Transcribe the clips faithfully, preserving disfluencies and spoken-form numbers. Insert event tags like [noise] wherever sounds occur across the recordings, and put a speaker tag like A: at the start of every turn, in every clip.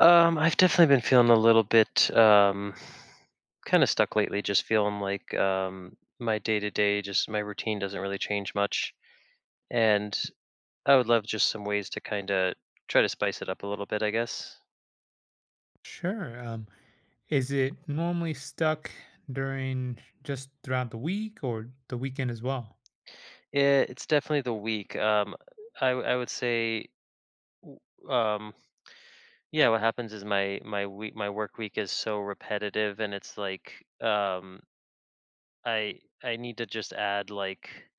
A: Um, I've definitely been feeling a little bit um, kind of stuck lately. Just feeling like um, my day to day, just my routine doesn't really change much, and I would love just some ways to kind of try to spice it up a little bit. I guess
B: Sure. Um, is it normally stuck during just throughout the week or the weekend as well?
A: it, it's definitely the week. Um, I w- I would say, w- um, yeah. What happens is my my week my work week is so repetitive, and it's like um, I I need to just add like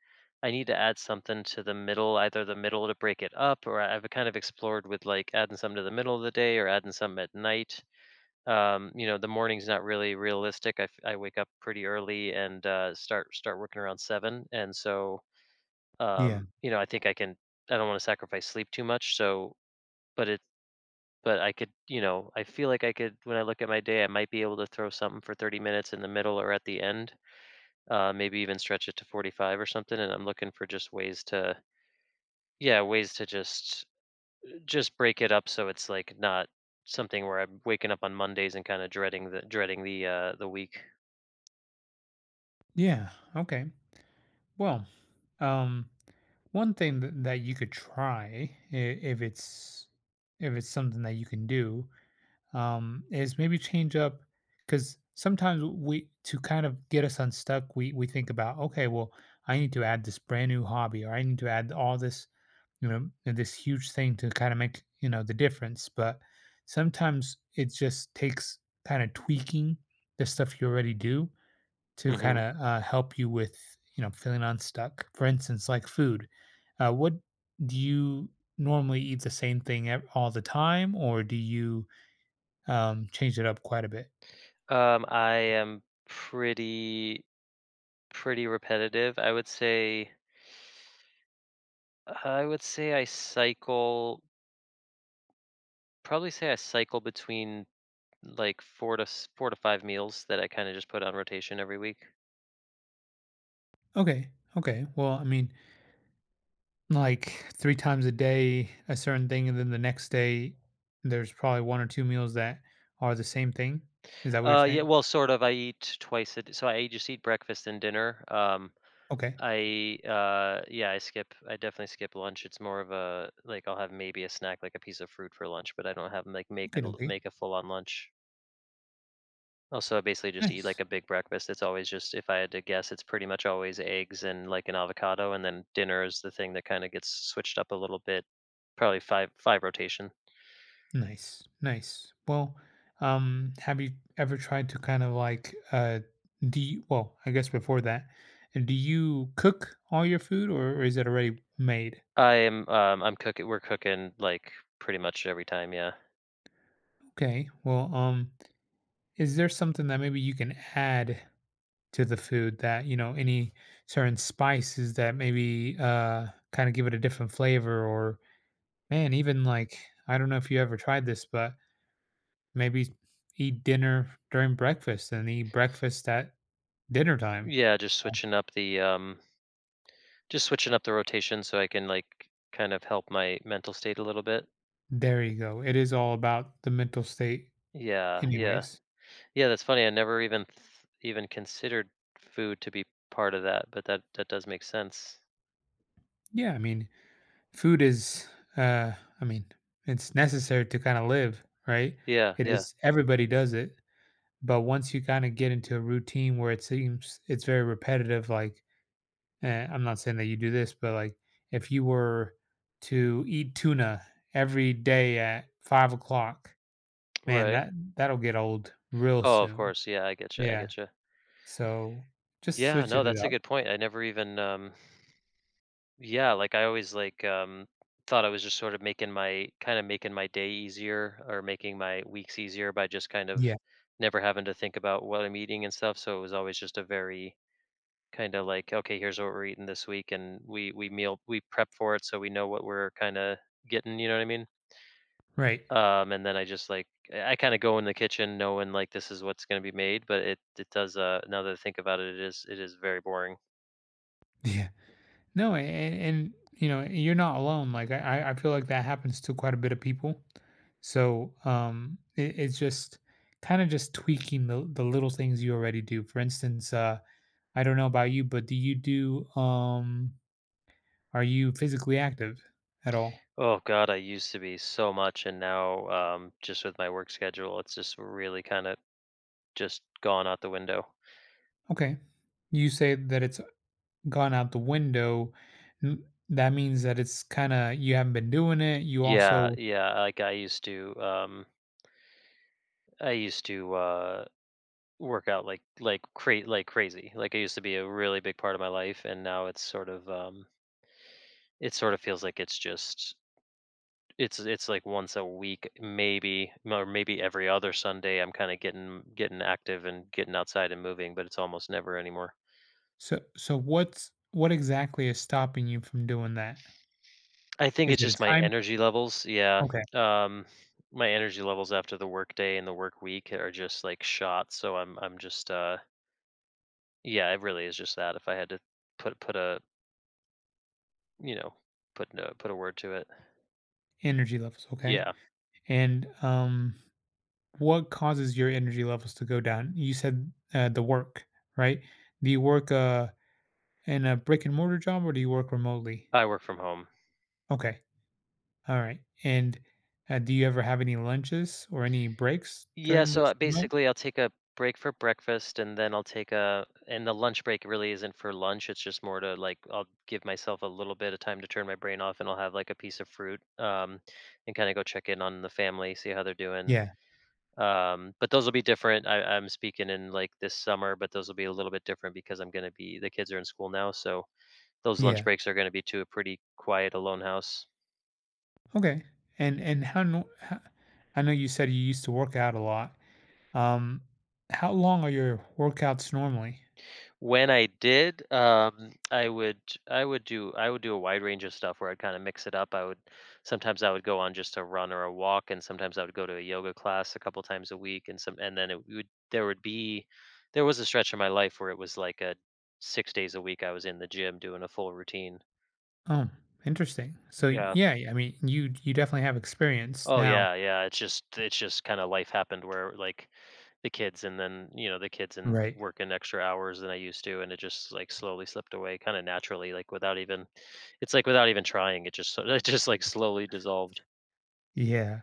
A: I need to add something to the middle, either the middle to break it up, or I've kind of explored with like adding some to the middle of the day or adding some at night. Um, you know, the morning's not really realistic. I, f- I wake up pretty early and uh, start start working around seven, and so
B: Yeah.
A: um, you know, I think I can. I don't want to sacrifice sleep too much, so but it but I could. you know, I feel like I could. When I look at my day, I might be able to throw something for thirty minutes in the middle or at the end, uh, maybe even stretch it to forty-five or something. And I'm looking for just ways to, yeah, ways to just just break it up, so it's like not something where I'm waking up on Mondays and kind of dreading the dreading the uh the week.
B: Yeah. Okay. Well, um, one thing that, that you could try i- if it's if it's something that you can do, um, is maybe change up because sometimes we, to kind of get us unstuck, we we think about, okay, well, I need to add this brand new hobby or I need to add all this, you know, this huge thing to kind of make, you know, the difference. But sometimes it just takes kind of tweaking the stuff you already do to kind
A: Hmm.
B: of uh, help you with, you know, feeling unstuck. For instance, like food, uh, what do you, normally eat the same thing ev- all the time, or do you um, changed it up quite a bit.
A: um I am pretty pretty repetitive, I would say. i would say I cycle, probably say I cycle between like four to s- four to five meals that I kind of just put on rotation every week.
B: Okay. Okay. Well, I mean, like three times a day, a certain thing, and then the next day, there's probably one or two meals that are the same thing. Is that what you're
A: Uh, yeah,
B: saying?
A: well, sort of. I eat twice a d so I just eat breakfast and dinner. Um,
B: Okay.
A: I uh, yeah, I skip. I definitely skip lunch. It's more of a like I'll have maybe a snack, like a piece of fruit for lunch, but I don't have like make a
B: Okay.
A: l-
B: Okay.
A: make a full on lunch. Also, I basically just eat like
B: Nice.
A: a big breakfast. It's always just, if I had to guess, it's pretty much always eggs and like an avocado, and then dinner is the thing that kind of gets switched up a little bit. Probably five five rotation.
B: Nice, nice. Well, um, have you ever tried to kind of like uh do you, well, I guess before that, uh, do you cook all your food or, or is it already made?
A: I am um I'm cooking. We're cooking like pretty much every time. Yeah.
B: Okay. Well, um, is there something that maybe you can add to the food that, you know, any certain spices that maybe uh kind of give it a different flavor, or man, even like, I don't know if you ever tried this, but maybe eat dinner during breakfast and eat breakfast at dinner time.
A: Yeah, just switching up the um just switching up the rotation so I can like kind of help my mental state a little bit.
B: There you go. It is all about the mental state
A: Yeah, yeah.
B: anyways.
A: Yeah, that's funny. I never even th- even considered food to be part of that, but that that does make sense.
B: Yeah, I mean, food is uh I mean, it's necessary to kind of live, right?
A: Yeah,
B: It
A: yeah.
B: is, everybody does it, but once you kind of get into a routine where it seems it's very repetitive like, eh, I'm not saying that you do this, but like, if you were to eat tuna every day at five o'clock, man,
A: Right.
B: that that'll get old real
A: Oh, of
B: soon.
A: course. Yeah, I get you. I
B: Yeah.
A: get you.
B: So just
A: Yeah, no,
B: switching it
A: that's a
B: up.
A: good point. I never even um Yeah, like I always like um thought I was just sort of making my kind of making my day easier or making my weeks easier by just kind of
B: Yeah.
A: never having to think about what I'm eating and stuff. So it was always just a very kind of like, okay, here's what we're eating this week, and we we meal we prep for it so we know what we're kind of getting, you know what I mean?
B: Right. [laughs]
A: Um and then I just like I kind of go in the kitchen knowing like this is what's going to be made, but it it does. Uh now that I think about it it is it is very boring.
B: Yeah. No, and, and you know, you're not alone. Like I, I I feel like that happens to quite a bit of people. So um, it, it's just kind of just tweaking the, the little things you already do. For instance, uh, I don't know about you, but do you do? Um, are you physically active at all?
A: Oh God, I used to be so much, and now um, just with my work schedule, it's just really kind of just gone out the window.
B: Okay, you say that it's gone out the window. N- That means that it's kind of, you haven't been doing it. You
A: Yeah,
B: also,
A: yeah. Like I used to, um, I used to uh, work out like like cra- like crazy. Like it used to be a really big part of my life, and now it's sort of um, it sort of feels like it's just it's it's like once a week, maybe, or maybe every other Sunday. I'm kind of getting getting active and getting outside and moving, but it's almost never anymore.
B: so so what's what exactly is stopping you from doing that?
A: I think
B: Is
A: it's
B: it
A: just
B: a
A: my
B: time?
A: energy levels. Yeah.
B: Okay.
A: Um my energy levels after the work day and the work week are just like shot. So I'm I'm just uh yeah, it really is just that if I had to put put a you know, put no put a word to it.
B: Energy levels, okay.
A: Yeah.
B: And, um, what causes your energy levels to go down? You said, uh, the work, right? Do you work, uh, in a brick and mortar job, or do you work remotely?
A: I work from home.
B: Okay, alright. And, uh, do you ever have any lunches or any breaks
A: Yeah,
B: during
A: so
B: this
A: uh,
B: remote?
A: basically I'll take a break for breakfast, and then I'll take a and the lunch break really isn't for lunch. It's just more to like I'll give myself a little bit of time to turn my brain off, and I'll have like a piece of fruit um and kind of go check in on the family, see how they're doing.
B: Yeah,
A: Um but those will be different. I, I'm speaking in like this summer, but those will be a little bit different because I'm going to be the kids are in school now, so those lunch
B: yeah.
A: breaks are going to be to a pretty quiet alone house.
B: Okay. And and how no ho I know you said you used to work out a lot. Um, how long are your workouts normally?
A: When I did um i would i would do I would do a wide range of stuff where I'd kind of mix it up. I would Sometimes I would go on just a run or a walk, and sometimes I would go to a yoga class a couple times a week. And some and then it would there would be there was a stretch in my life where it was like a six days a week I was in the gym doing a full routine.
B: Oh, interesting. So
A: Yeah.
B: yeah, yeah, I mean, you you definitely have experience
A: Oh,
B: now,
A: yeah, yeah. It's just it's just kind of life happened where like the kids, and then you know the kids, and
B: right?
A: working extra hours than I used to, and it just like slowly slipped away, kind of naturally, like without even it's like without even trying. It just so- [laughs] it just like slowly dissolved.
B: Yeah.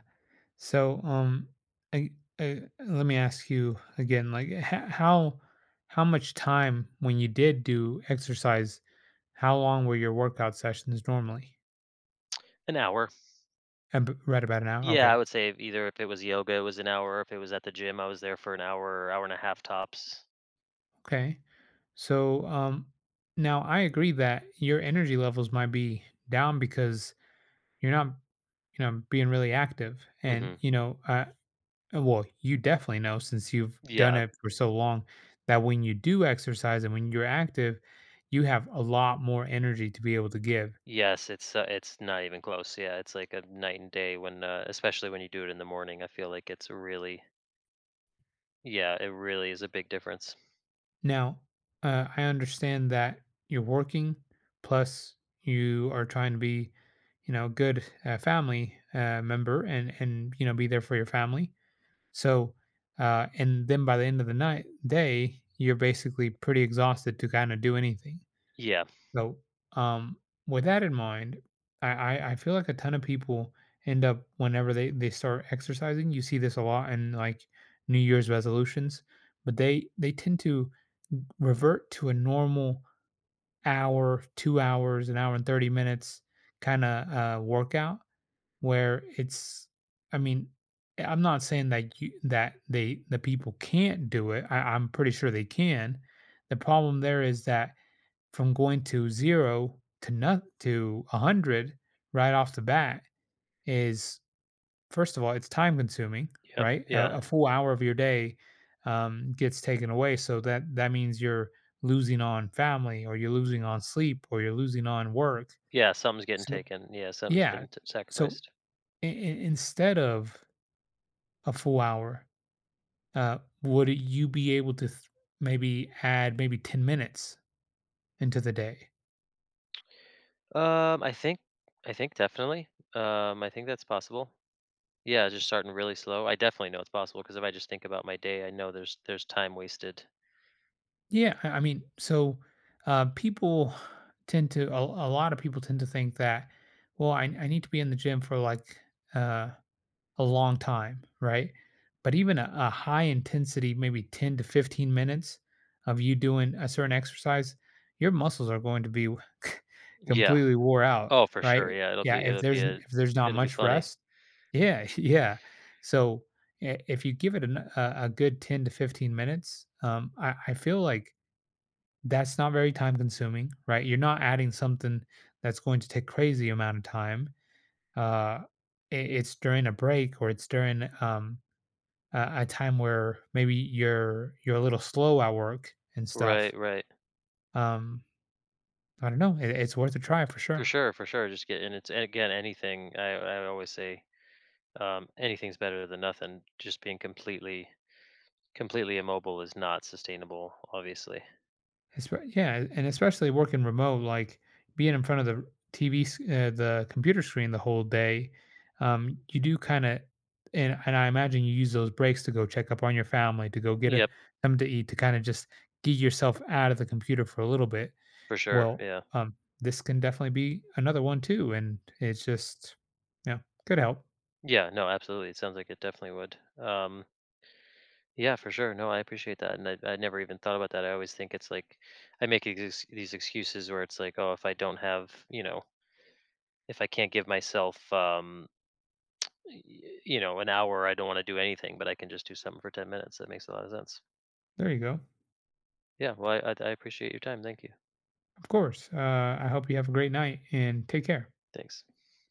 B: So um, I, I, let me ask you again, like, h- how how much time, when you did do exercise, how long were your workout sessions normally?
A: An hour.
B: Ab- Right about an hour.
A: Yeah, I
B: Okay.
A: would say if either if it was yoga, it was an hour. If it was at the gym, I was there for an hour, or hour and a half tops.
B: Okay. So um, now I agree that your energy levels might be down because you're not you know being really active, and
A: Hmm.
B: you know, I, uh, well, you definitely know since you've done
A: Yeah.
B: it for so long that when you do exercise and when you're active, you have a lot more energy to be able to give.
A: Yes, it's uh, it's not even close. Yeah, it's like a night and day when, uh, especially when you do it in the morning. I feel like it's really. Yeah, it really is a big difference.
B: Now, uh, I understand that you're working, plus you are trying to be, you know, a good uh, family uh, member, and and you know, be there for your family. So, uh, and then by the end of the night day, you're basically pretty exhausted to kind of do anything.
A: Yeah.
B: So, um, with that in mind, I, I I feel like a ton of people end up whenever they they start exercising. You see this a lot in like New Year's resolutions, but they they tend to revert to a normal hour, two hours, an hour and thirty minutes kind of uh, workout where it's. I mean, I'm not saying that you that they the people can't do it. I, I'm pretty sure they can. The problem there is that from going to zero to, not to one hundred right off the bat, is, first of all, it's time consuming,
A: Yep.
B: right?
A: Yeah.
B: A, a full hour of your day um, gets taken away. So that, that means you're losing on family or you're losing on sleep or you're losing on work.
A: Yeah, something's getting
B: So,
A: taken. Yeah, something's
B: yeah.
A: getting t-
B: So,
A: sacrificed.
B: i- i- instead of a full hour, uh, would you be able to th- maybe add maybe ten minutes into the day?
A: Um, I think, I think definitely. Um, I think that's possible. Yeah, just starting really slow. I definitely know it's possible because if I just think about my day, I know there's there's time wasted.
B: Yeah, I I mean, so, uh, people tend to a a lot of people tend to think that, "Well, I I need to be in the gym for, like, uh, a long time," right? But even a a high intensity, maybe ten to fifteen minutes of you doing a certain exercise, your muscles are going to be [laughs]
A: Yeah.
B: completely wore out,
A: Oh, for sure.
B: right?
A: Yeah, it'll
B: Yeah,
A: be
B: if
A: it'll be
B: there's
A: a
B: if there's not
A: it'll be
B: much
A: funny.
B: rest. Yeah, [laughs] yeah. So, I if you give it an a a good ten to fifteen minutes, um, I I feel like that's not very time consuming, right? You're not adding something that's going to take crazy amount of time. Uh, i- it's during a break or it's during um, a, a time where maybe you're you're a little slow at work and
A: Right.
B: stuff.
A: Right.
B: Um, I don't know. It, it's worth a try for
A: For
B: sure.
A: sure. For sure. Just get and it's and again anything. I I always say um, anything's better than nothing. Just being completely Completely immobile is not sustainable, obviously.
B: Espe Yeah, and especially working remote, like, being in front of the T V, uh, the computer screen the whole day, um, you do kinda, and and I imagine you use those breaks to go check up on your family, to go get a
A: Yep,
B: something to eat, to kinda just get yourself out of the computer for a little bit.
A: for sure.
B: Well,
A: Yeah.
B: um, this can definitely be another one too, and it's just, yeah, good help.
A: Yeah, no, absolutely. It sounds like it definitely would. Um, yeah, for sure. No, I appreciate that. And I, I never even thought about that. I always think it's like I make ex- these excuses where it's like, oh, if I don't have, you know, if I can't give myself, um, y- you know, an hour, I don't want to do anything, but I can just do something for ten minutes. That makes a lot of sense.
B: There you go.
A: Yeah. Well, I, I I appreciate your time. Thank you.
B: Of course, uh, I hope you have a great night, and take care.
A: Thanks.